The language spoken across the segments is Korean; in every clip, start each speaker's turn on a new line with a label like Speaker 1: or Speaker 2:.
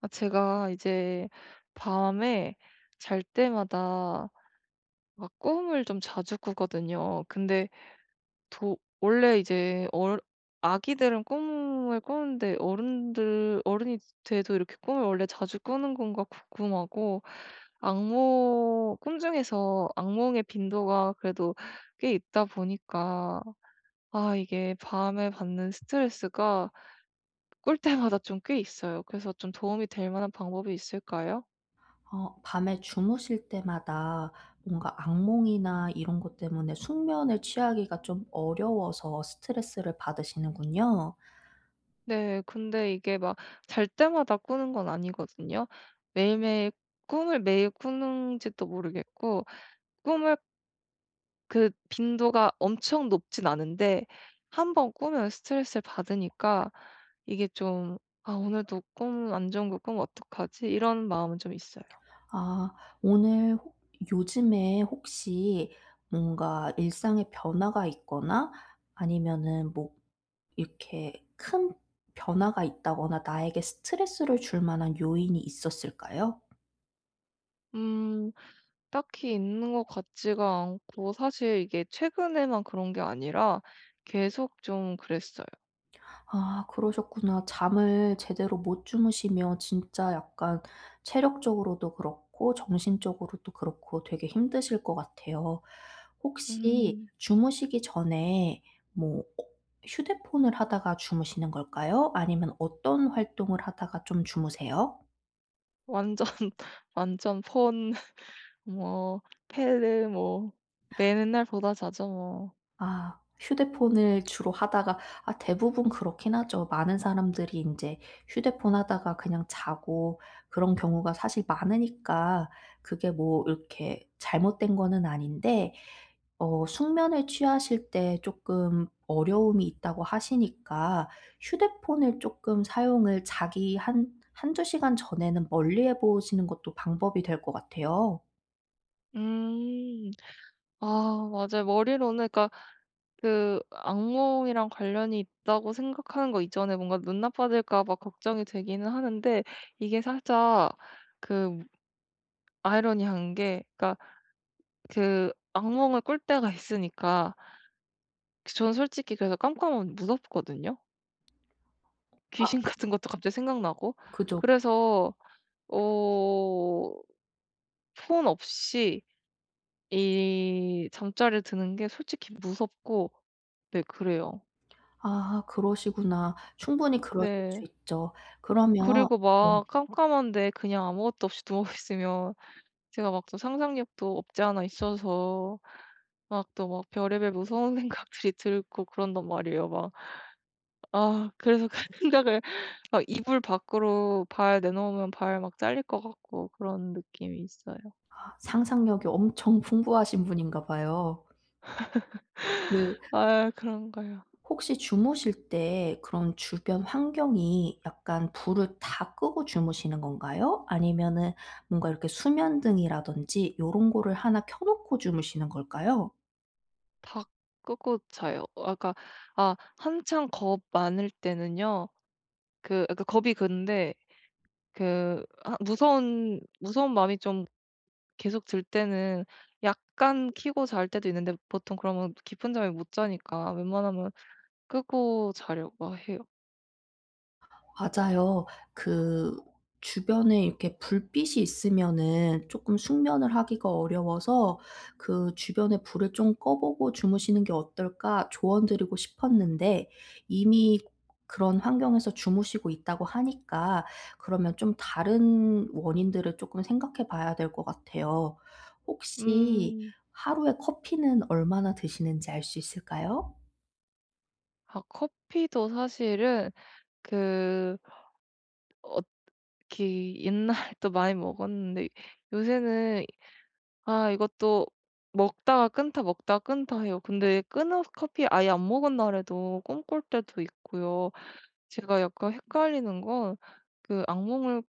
Speaker 1: 아 제가 이제 밤에 잘 때마다 막 꿈을 좀 자주 꾸거든요. 근데 도 원래 이제 아기들은 꿈을 꾸는데 어른들 어른이 돼도 이렇게 꿈을 원래 자주 꾸는 건가 궁금하고, 악몽 꿈 중에서 악몽의 빈도가 그래도 꽤 있다 보니까 아 이게 밤에 받는 스트레스가 꿀 때마다 좀 꽤 있어요. 그래서 좀 도움이 될 만한 방법이 있을까요?
Speaker 2: 어 밤에 주무실 때마다 뭔가 악몽이나 이런 것 때문에 숙면을 취하기가 좀 어려워서 스트레스를 받으시는군요.
Speaker 1: 네. 근데 이게 막 잘 때마다 꾸는 건 아니거든요. 매일매일 꿈을 매일 꾸는지도 모르겠고 꿈을 그 빈도가 엄청 높진 않은데, 한 번 꾸면 스트레스를 받으니까 이게 좀 '아 오늘도 꿈 안 좋은 거 꾸면 어떡하지?' 이런 마음은 좀 있어요.
Speaker 2: 아, 오늘 혹 요즘에 혹시 뭔가 일상의 변화가 있거나 아니면은 뭐 이렇게 큰 변화가 있다거나 나에게 스트레스를 줄 만한 요인이 있었을까요?
Speaker 1: 음 딱히 있는 것 같지가 않고, 사실 이게 최근에만 그런 게 아니라 계속 좀 그랬어요.
Speaker 2: 아, 그러셨구나. 잠을 제대로 못 주무시면 진짜 약간 체력적으로도 그렇고 정신적으로도 그렇고 되게 힘드실 것 같아요. 혹시
Speaker 1: 음.
Speaker 2: 주무시기 전에 뭐 휴대폰을 하다가 주무시는 걸까요? 아니면 어떤 활동을 하다가 좀 주무세요?
Speaker 1: 완전 완전 폰, 뭐 패를 뭐 매는 날보다 자죠 뭐.
Speaker 2: 아. 휴대폰을 주로 하다가, 아 대부분 그렇긴 하죠. 많은 사람들이 인제 휴대폰 하다가 그냥 자고 그런 경우가 사실 많으니까, 그게 뭐 이렇게 잘못된 거는 아닌데 어 숙면을 취하실 때 쪼끔 어려움이 있다고 하시니까 휴대폰을 쪼끔 사용을 자기 한 한두 시간 전에는 멀리 해 보시는 것도 방법이 될 것 같아요.
Speaker 1: 음. 아 맞아요. 머리로는, 그니까 그 악몽이랑 관련이 있다고 생각하는 거 이전에 뭔가 눈 나빠질까 봐 걱정이 되기는 하는데, 이게 살짝 그 아이러니한 게, 그니까 그 악몽을 꿀 때가 있으니까 저는 솔직히 그래서 깜깜하면 무섭거든요.
Speaker 2: 아,
Speaker 1: 귀신 같은 것도 갑자기 생각나고.
Speaker 2: 그죠.
Speaker 1: 그래서 어 폰 없이 이 잠자리에 드는 게 솔직히 무섭고. 네 그래요.
Speaker 2: 아, 그러시구나. 충분히 그러실 수
Speaker 1: 네.
Speaker 2: 있죠. 그러면,
Speaker 1: 그리고
Speaker 2: 네.
Speaker 1: 막 깜깜한데 그냥 아무것도 없이 누워 있으면, 제가 막 또 상상력도 없지 않아 있어서 막 또 막 별의별 무서운 생각들이 들고 그런단 말이에요. 막 아 그래서 그 생각을, 막 이불 밖으로 발 내놓으면 발 막 잘릴 것 같고, 그런 느낌이 있어요.
Speaker 2: 아, 상상력이 엄청 풍부하신 분인가 봐요. 그
Speaker 1: 아 그런가요?
Speaker 2: 혹시 주무실 때 그런 주변 환경이 약간 불을 다 끄고 주무시는 건가요? 아니면은 뭔가 이렇게 수면등이라든지 요런 거를 하나 켜 놓고 주무시는 걸까요?
Speaker 1: 다 끄고 자요. 아 그러니까, 아 한창 겁 많을 때는요. 그 약간 겁이, 근데 그 아 무서운 무서운 마음이 좀 계속 들 때는 약간 켜고 잘 때도 있는데, 보통 그러면 깊은 잠을 못 자니까 웬만하면 끄고 자려고 해요.
Speaker 2: 맞아요. 그 주변에 이렇게 불빛이 있으면은 쪼끔 숙면을 하기가 어려워서 그 "주변에 불을 좀 꺼 보고 주무시는 게 어떨까?" 조언 드리고 싶었는데, 이미 그런 환경에서 주무시고 있다고 하니까 그러면 좀 다른 원인들을 쪼끔 생각해 봐야 될 것 같아요. 혹시
Speaker 1: 음.
Speaker 2: 하루에 커피는 얼마나 드시는지 알 수 있을까요?
Speaker 1: 아 커피도 사실은, 그 어 이렇게 옛날에 또 많이 먹었는데 요새는, 아 이것도 먹다가 끊다 먹다가 끊다 해요. 근데 끊어 커피 아예 안 먹은 날에도 꿈꿀 때도 있고요. 제가 약간 헷갈리는 건, 그 악몽을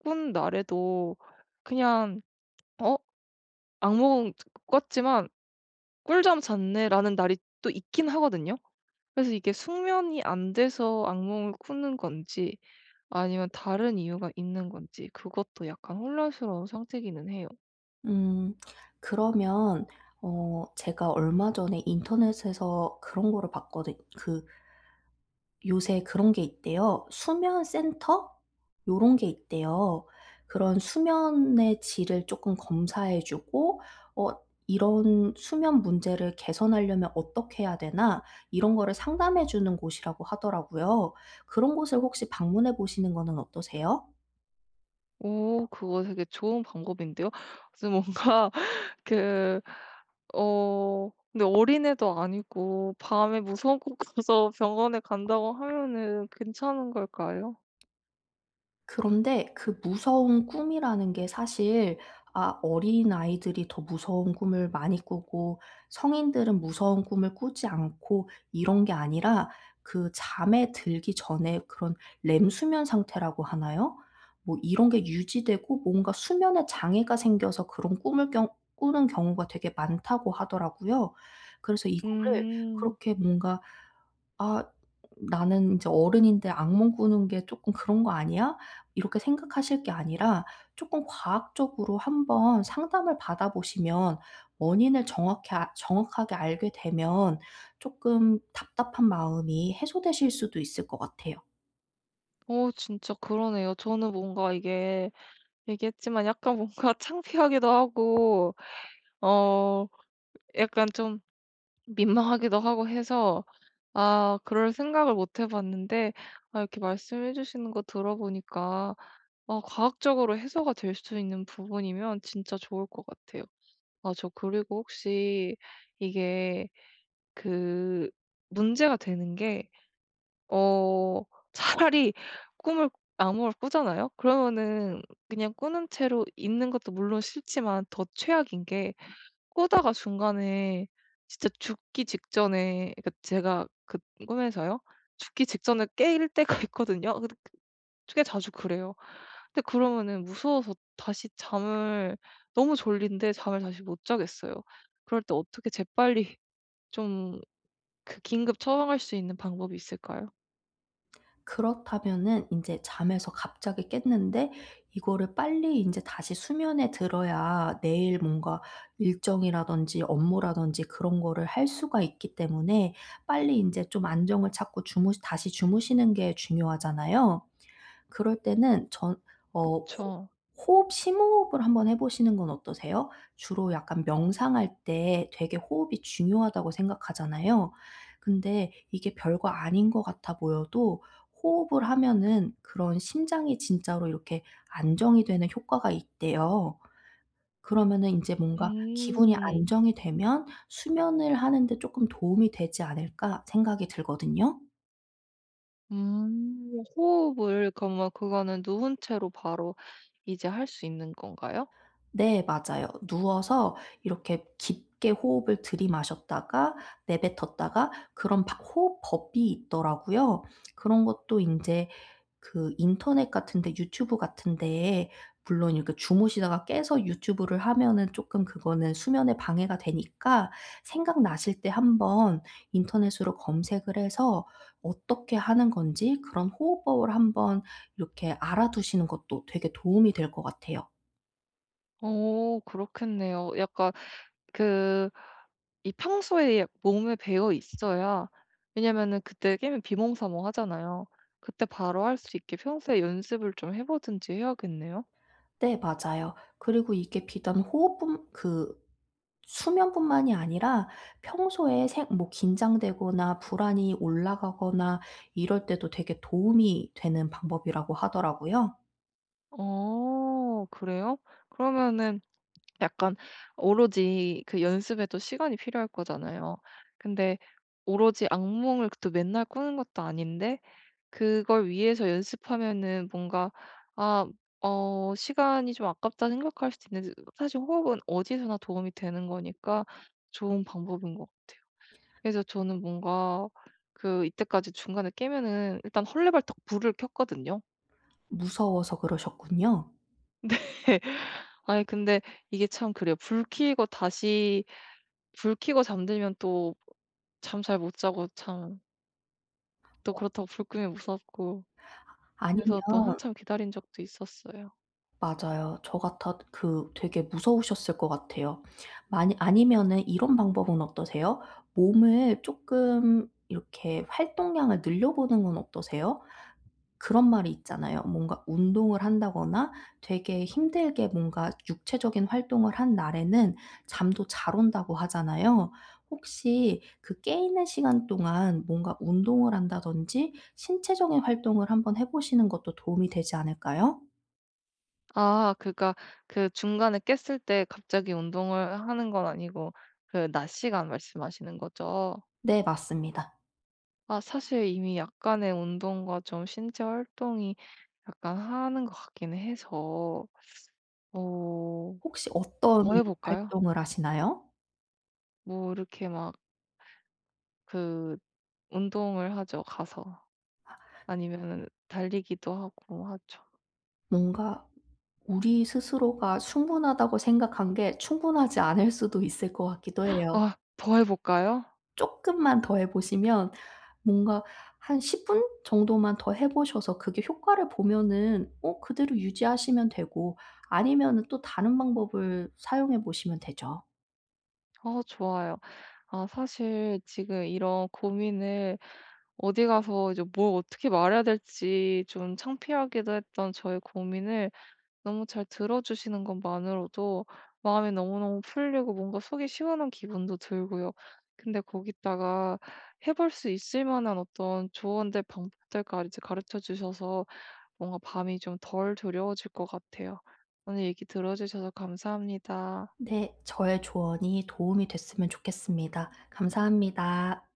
Speaker 1: 꾼 날에도 그냥 '어 악몽 꿨지만 꿀잠 잤네.'라는 날이 또 있긴 하거든요. 그래서 이게 숙면이 안 돼서 악몽을 꾸는 건지, 아니면 다른 이유가 있는 건지, 그것도 약간 혼란스러운 상태기는 해요.
Speaker 2: 음. 그러면 어 제가 얼마 전에 인터넷에서 그런 거를 봤거든, 그 요새 그런 게 있대요. 수면 센터? 요런 게 있대요. 그런 수면의 질을 조금 검사해 주고 어 "이런 수면 문제를 개선하려면 어떻게 해야 되나?" 이런 거를 상담해 주는 곳이라고 하더라고요. 그런 곳을 혹시 방문해 보시는 거는 어떠세요?
Speaker 1: 오, 그거 되게 좋은 방법인데요. 지금 뭔가 그 근데 어린애도 아니고 밤에 무서운 곳 가서 병원에 간다고 하면은 괜찮은 걸까요?
Speaker 2: 그런데 그 무서운 꿈이라는 게 사실, 아 어린아이들이 더 무서운 꿈을 많이 꾸고 성인들은 무서운 꿈을 꾸지 않고 이런 게 아니라, 그 잠에 들기 전에 그런 렘 수면 상태라고 하나요? 뭐 이런 게 유지되고 뭔가 수면에 장애가 생겨서 그런 꿈을 경 꾸는 경우가 되게 많다고 하더라고요. 그래서 이거를
Speaker 1: 음.
Speaker 2: 그렇게 뭔가 '아, 나는 이제 어른인데 악몽 꾸는 게 쪼끔 그런 거 아니야?' 이렇게 생각하실 게 아니라 쪼끔 과학적으로 한번 상담을 받아 보시면, 원인을 정확히, 아 정확하게 알게 되면 쪼끔 답답한 마음이 해소되실 수도 있을 것 같아요.
Speaker 1: 진짜 그러네요. 저는 뭔가 이게 얘기했지만 약간 뭔가 창피하기도 하고 어 약간 좀 민망하기도 하고 해서, 아 그럴 생각을 못해 봤는데, 아 이렇게 말씀해 주시는 거 들어보니까, 아 과학적으로 해소가 될 수 있는 부분이면 진짜 좋을 것 같아요. 아 저 그리고 혹시, 이게 그 문제가 되는 게, 어 차라리 꿈을 악몽을 꾸잖아요? 그러면은 그냥 꾸는 채로 있는 것도 물론 싫지만 더 최악인 게, 꾸다가 중간에 진짜 죽기 직전에, 그러니까 제가 그 꿈에서요, 죽기 직전에 깨일 때가 있거든요. 근데 그 꽤 자주 그래요. 근데 그러면은 무서워서 다시 잠을 너무 졸린데 잠을 다시 못 자겠어요. 그럴 때 어떻게 재빨리 좀 그 긴급 처방할 수 있는 방법이 있을까요?
Speaker 2: 그렇다면은 인제 잠에서 갑자기 깼는데, 이거를 빨리 인제 다시 수면에 들어야 내일 뭔가 일정이라든지 업무라든지 그런 거를 할 수가 있기 때문에 빨리 인제 좀 안정을 찾고 주무 다시 주무시는 게 중요하잖아요. 그럴 때는 전 어 호
Speaker 1: 그쵸.
Speaker 2: 호흡, 심호흡을 한번 해 보시는 건 어떠세요? 주로 약간 명상할 때 되게 호흡이 중요하다고 생각하잖아요. 근데 이게 별거 아닌 것 같아 보여도 호흡을 하면은 그런 심장이 진짜로 이렇게 안정이 되는 효과가 있대요. 그러면은 이제 뭔가 기분이
Speaker 1: 음.
Speaker 2: 안정이 되면 '수면을 하는 데 조금 도움이 되지 않을까?' 생각이 들거든요.
Speaker 1: 호흡을, 그러면 그거는 누운 채로 바로 이제 할 수 있는 건가요?
Speaker 2: 네, 맞아요. 누워서 이렇게 깊게 호흡을 들이마셨다가 내뱉었다가, 그런 바 호흡 법이 있더라고요. 그런 것도 이제 그 인터넷 같은 데, 유튜브 같은 데, 물론 이렇게 주무시다가 깨서 유튜브를 하면은 조금 그거는 수면에 방해가 되니까 생각나실 때 한번 인터넷으로 검색을 해서 어떻게 하는 건지 그런 호흡법을 한번 이렇게 알아두시는 것도 되게 도움이 될 것 같아요.
Speaker 1: 오 그렇겠네요. 약간 그 이 평소에 약 몸에 배어 있어야, 왜냐면은 그때 게임이 비몽사몽하잖아요. 그때 바로 할 수 있게 평소에 연습을 좀 해 보든지 해야겠네요.
Speaker 2: 네, 맞아요. 그리고 이게 비단 호흡뿐, 그 수면뿐만이 아니라 평소에 생 뭐 긴장되거나 불안이 올라가거나 이럴 때도 되게 도움이 되는 방법이라고 하더라고요.
Speaker 1: 어 그래요? 그러면은 약간, 오로지 그 연습에도 시간이 필요할 거잖아요. 근데 오로지 악몽을 또 맨날 꾸는 것도 아닌데 그걸 위해서 연습하면은 뭔가 '아 어 시간이 좀 아깝다.' 생각할 수도 있는데, 사실 호흡은 어디서나 도움이 되는 거니까 좋은 방법인 것 같아요. 그래서 저는 뭔가 그 이때까지 중간에 깨면은 일단 헐레벌떡 불을 켰거든요.
Speaker 2: 무서워서 그러셨군요.
Speaker 1: 아니 근데 이게 참 그래요. 불 켜고 잠들면 또 잠 잘 못 자고, 참 또 그렇다고 불 끄면 무섭고,
Speaker 2: 아니면,
Speaker 1: 그래서 또 한참 기다린 적도 있었어요.
Speaker 2: 맞아요. 저 같아 그 되게 무서우셨을 것 같아요. 만약 아니면은 이런 방법은 어떠세요? 몸을 조금 이렇게 활동량을 늘려보는 건 어떠세요? 그런 말이 있잖아요. 뭔가 운동을 한다거나 되게 힘들게 뭔가 육체적인 활동을 한 날에는 잠도 잘 온다고 하잖아요. 혹시 그 깨 있는 시간 동안 뭔가 운동을 한다든지 신체적인 활동을 한번 해 보시는 것도 도움이 되지 않을까요?
Speaker 1: 아 그러니까, 그 중간에 깼을 때 갑자기 운동을 하는 건 아니고, 그 낮 시간 말씀하시는 거죠?
Speaker 2: 네, 맞습니다.
Speaker 1: 아 사실 이미 약간의 운동과 좀 신체 활동이 약간 하는 것 같기는 해서, 어
Speaker 2: 혹시 어떤
Speaker 1: 더 해 볼까요?
Speaker 2: 활동을 하시나요?
Speaker 1: 뭐 이렇게 막 그 운동을 하죠, 가서. 아니면은 달리기도 하고 하죠.
Speaker 2: 뭔가 우리 스스로가 충분하다고 생각한 게 충분하지 않을 수도 있을 것 같기도 해요.
Speaker 1: 아 더 해 볼까요?
Speaker 2: 쪼끔만 더 해 보시면, 뭔가 한 10분 정도만 더 해 보셔서 그게 효과를 보면은 어 그대로 유지하시면 되고 아니면은 또 다른 방법을 사용해 보시면 되죠.
Speaker 1: 어 좋아요. 아 사실 지금 이런 고민을 어디 가서 이제 뭘 어떻게 말해야 될지 좀 창피하기도 했던 저의 고민을 너무 잘 들어 주시는 것만으로도 마음이 너무너무 풀리고 뭔가 속이 시원한 기분도 들고요. 근데 거기다가 해볼 수 있을 만한 어떤 조언들, 방법들까지 가르쳐 주셔서 뭔가 밤이 좀 덜 두려워질 것 같아요. 오늘 얘기 들어 주셔서 감사합니다.
Speaker 2: 네. 저의 조언이 도움이 됐으면 좋겠습니다. 감사합니다.